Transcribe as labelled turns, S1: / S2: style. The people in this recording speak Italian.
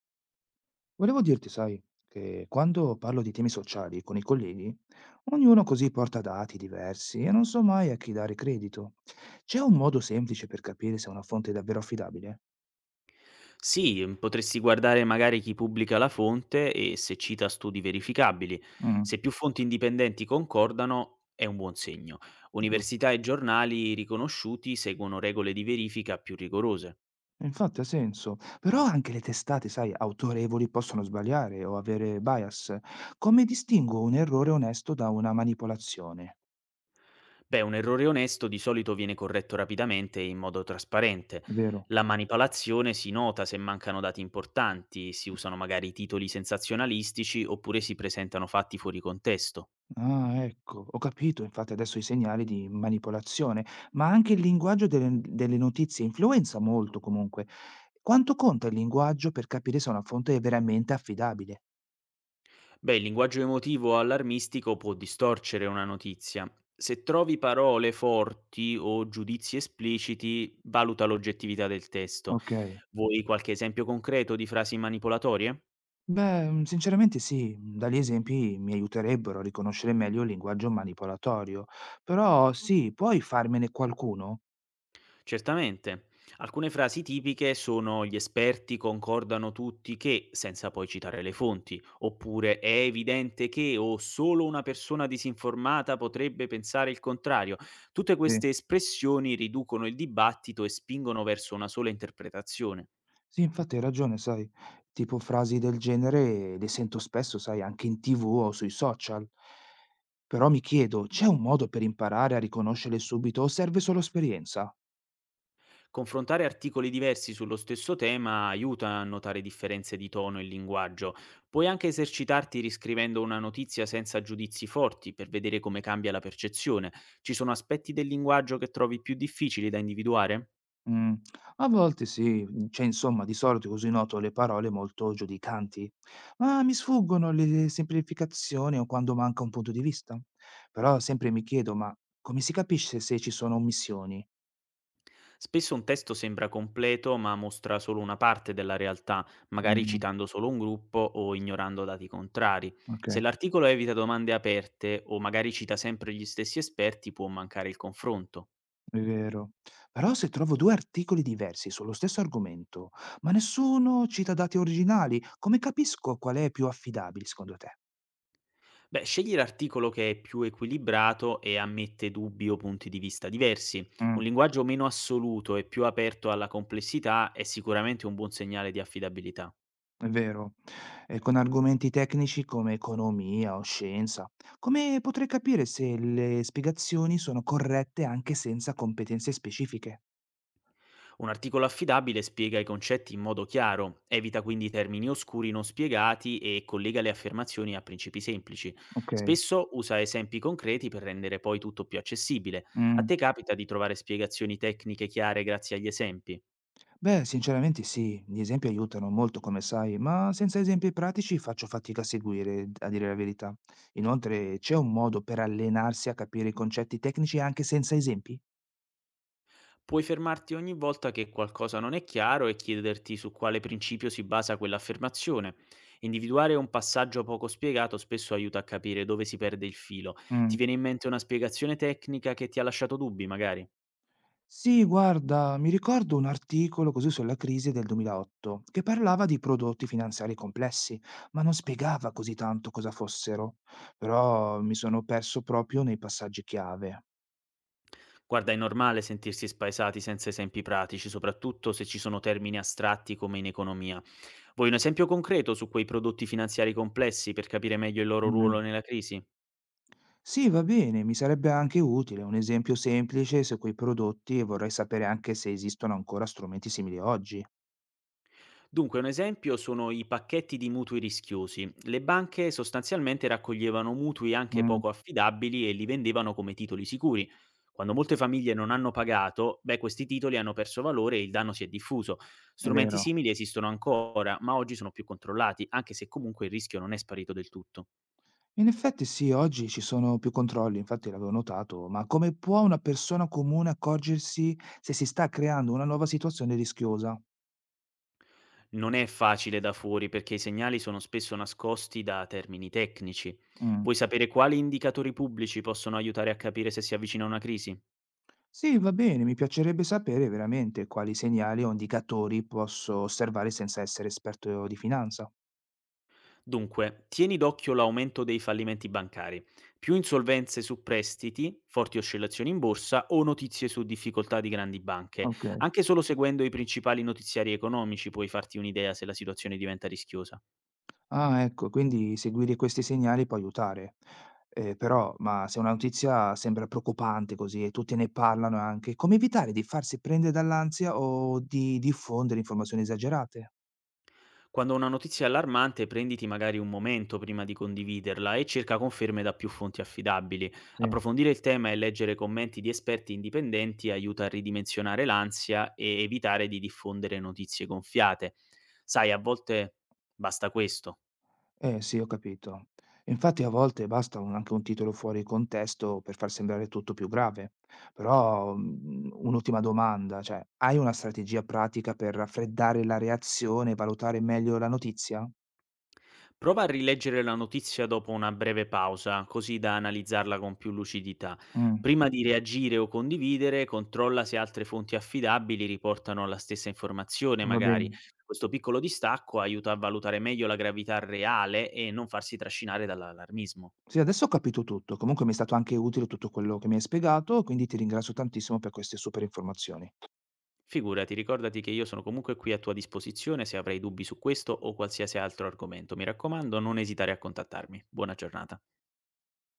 S1: Volevo dirti, sai, che quando parlo di temi sociali con i colleghi, ognuno così porta dati diversi e non so mai a chi dare credito. C'è un modo semplice per capire se una fonte è davvero affidabile?
S2: Sì, potresti guardare magari chi pubblica la fonte e se cita studi verificabili.
S1: Mm,
S2: Se più fonti indipendenti concordano è un buon segno.
S1: giusto.
S2: Università e giornali riconosciuti seguono regole di verifica più rigorose.
S1: Infatti ha senso, però anche le testate, sai, autorevoli possono sbagliare o avere bias. Come distingo un errore onesto da una manipolazione?
S2: Beh, un errore onesto di solito viene corretto rapidamente e in modo trasparente.
S1: Vero?
S2: La manipolazione si nota se mancano dati importanti, si usano magari titoli sensazionalistici oppure si presentano fatti fuori contesto.
S1: Ah, ecco, ho capito infatti adesso i segnali di manipolazione, ma anche il linguaggio delle notizie influenza molto comunque. Quanto conta il linguaggio per capire se una fonte è veramente affidabile?
S2: Beh, il linguaggio emotivo allarmistico può distorcere una notizia. Se trovi parole forti o giudizi espliciti, valuta l'oggettività del testo.
S1: Ok.
S2: Vuoi qualche esempio concreto di frasi manipolatorie?
S1: Beh, sinceramente sì, dagli esempi mi aiuterebbero a riconoscere meglio il linguaggio manipolatorio, però sì, puoi farmene qualcuno?
S2: Certamente. Alcune frasi tipiche sono gli esperti concordano tutti che, senza poi citare le fonti, oppure è evidente che o solo una persona disinformata potrebbe pensare il contrario. Tutte
S1: Sì.
S2: queste espressioni riducono il dibattito e spingono verso una sola interpretazione.
S1: Sì, infatti hai ragione, sai, tipo frasi del genere le sento spesso, sai, anche in TV o sui social. Però mi chiedo, c'è un modo per imparare a riconoscerle subito o serve solo esperienza?
S2: Confrontare articoli diversi sullo stesso tema aiuta a notare differenze di tono e linguaggio. Puoi anche esercitarti riscrivendo una notizia senza giudizi forti per vedere come cambia la percezione. Ci sono aspetti del linguaggio che trovi più difficili da individuare?
S1: Mm, a volte sì, cioè insomma, di solito così noto le parole molto giudicanti, ma mi sfuggono le semplificazioni o quando manca un punto di vista. Però sempre mi chiedo, ma come si capisce se ci sono omissioni?
S2: Spesso un testo sembra completo ma mostra solo una parte della realtà, magari
S1: Mm,
S2: citando solo un gruppo o ignorando dati contrari.
S1: ok.
S2: Se l'articolo evita domande aperte o magari cita sempre gli stessi esperti può mancare il confronto.
S1: È vero. Però se trovo due articoli diversi sullo stesso argomento, ma nessuno cita dati originali, come capisco qual è più affidabile secondo te?
S2: Beh, scegli l'articolo che è più equilibrato e ammette dubbi o punti di vista diversi. Un
S1: Mm,
S2: linguaggio meno assoluto e più aperto alla complessità è sicuramente un buon segnale di affidabilità.
S1: è vero. E con argomenti tecnici come economia o scienza, come potrei capire se le spiegazioni sono corrette anche senza competenze specifiche?
S2: Un articolo affidabile spiega i concetti in modo chiaro, evita quindi termini oscuri non spiegati e collega le affermazioni a principi semplici.
S1: Ok.
S2: Spesso usa esempi concreti per rendere poi tutto più accessibile. A
S1: Mm.
S2: te capita di trovare spiegazioni tecniche chiare grazie agli esempi?
S1: Beh, sinceramente sì, gli esempi aiutano molto, come sai, ma senza esempi pratici faccio fatica a seguire, a dire la verità. Inoltre, c'è un modo per allenarsi a capire i concetti tecnici anche senza esempi?
S2: Puoi fermarti ogni volta che qualcosa non è chiaro e chiederti su quale principio si basa quell'affermazione. Individuare un passaggio poco spiegato spesso aiuta a capire dove si perde il filo.
S1: Mm.
S2: Ti viene in mente una spiegazione tecnica che ti ha lasciato dubbi, magari?
S1: Sì, guarda, mi ricordo un articolo così sulla crisi del 2008 che parlava di prodotti finanziari complessi, ma non spiegava così tanto cosa fossero. Però mi sono perso proprio nei passaggi chiave.
S2: Guarda, è normale sentirsi spaesati senza esempi pratici, soprattutto se ci sono termini astratti come in economia. Vuoi un esempio concreto su quei prodotti finanziari complessi per capire meglio il loro ruolo nella crisi?
S1: Sì, va bene, mi sarebbe anche utile un esempio semplice su quei prodotti e vorrei sapere anche se esistono ancora strumenti simili oggi.
S2: Dunque, un esempio sono i pacchetti di mutui rischiosi. Le banche sostanzialmente raccoglievano mutui anche
S1: Mm,
S2: poco affidabili e li vendevano come titoli sicuri. Quando molte famiglie non hanno pagato, beh, questi titoli hanno perso valore e il danno si è diffuso.
S1: è
S2: Strumenti
S1: vero.
S2: simili esistono ancora, ma oggi sono più controllati, anche se comunque il rischio non è sparito del tutto.
S1: In effetti sì, oggi ci sono più controlli, infatti l'avevo notato, ma come può una persona comune accorgersi se si sta creando una nuova situazione rischiosa?
S2: Non è facile da fuori perché i segnali sono spesso nascosti da termini tecnici.
S1: Mm.
S2: Vuoi sapere quali indicatori pubblici possono aiutare a capire se si avvicina una crisi?
S1: Sì, va bene, mi piacerebbe sapere veramente quali segnali o indicatori posso osservare senza essere esperto di finanza.
S2: Dunque, tieni d'occhio l'aumento dei fallimenti bancari, più insolvenze su prestiti, forti oscillazioni in borsa o notizie su difficoltà di grandi banche.
S1: Ok.
S2: Anche solo seguendo i principali notiziari economici puoi farti un'idea se la situazione diventa rischiosa.
S1: Ah, ecco, quindi seguire questi segnali può aiutare. Però, ma se una notizia sembra preoccupante così e tutti ne parlano anche, come evitare di farsi prendere dall'ansia o di diffondere informazioni esagerate?
S2: Quando una notizia è allarmante, prenditi magari un momento prima di condividerla e cerca conferme da più fonti affidabili.
S1: Sì.
S2: Approfondire il tema e leggere commenti di esperti indipendenti aiuta a ridimensionare l'ansia e evitare di diffondere notizie gonfiate. Sai, a volte basta questo.
S1: Eh sì, ho capito. Infatti a volte basta un anche un titolo fuori contesto per far sembrare tutto più grave. Però, un'ultima domanda, cioè, hai una strategia pratica per raffreddare la reazione e valutare meglio la notizia?
S2: Prova a rileggere la notizia dopo una breve pausa, così da analizzarla con più lucidità.
S1: Mh,
S2: Prima di reagire o condividere, controlla se altre fonti affidabili riportano la stessa informazione,
S1: va
S2: magari.
S1: bene.
S2: Questo piccolo distacco aiuta a valutare meglio la gravità reale e non farsi trascinare dall'allarmismo.
S1: Sì, adesso ho capito tutto. Comunque mi è stato anche utile tutto quello che mi hai spiegato, quindi ti ringrazio tantissimo per queste super informazioni.
S2: Figurati, ricordati che io sono comunque qui a tua disposizione se avrai dubbi su questo o qualsiasi altro argomento. Mi raccomando, non esitare a contattarmi. Buona giornata.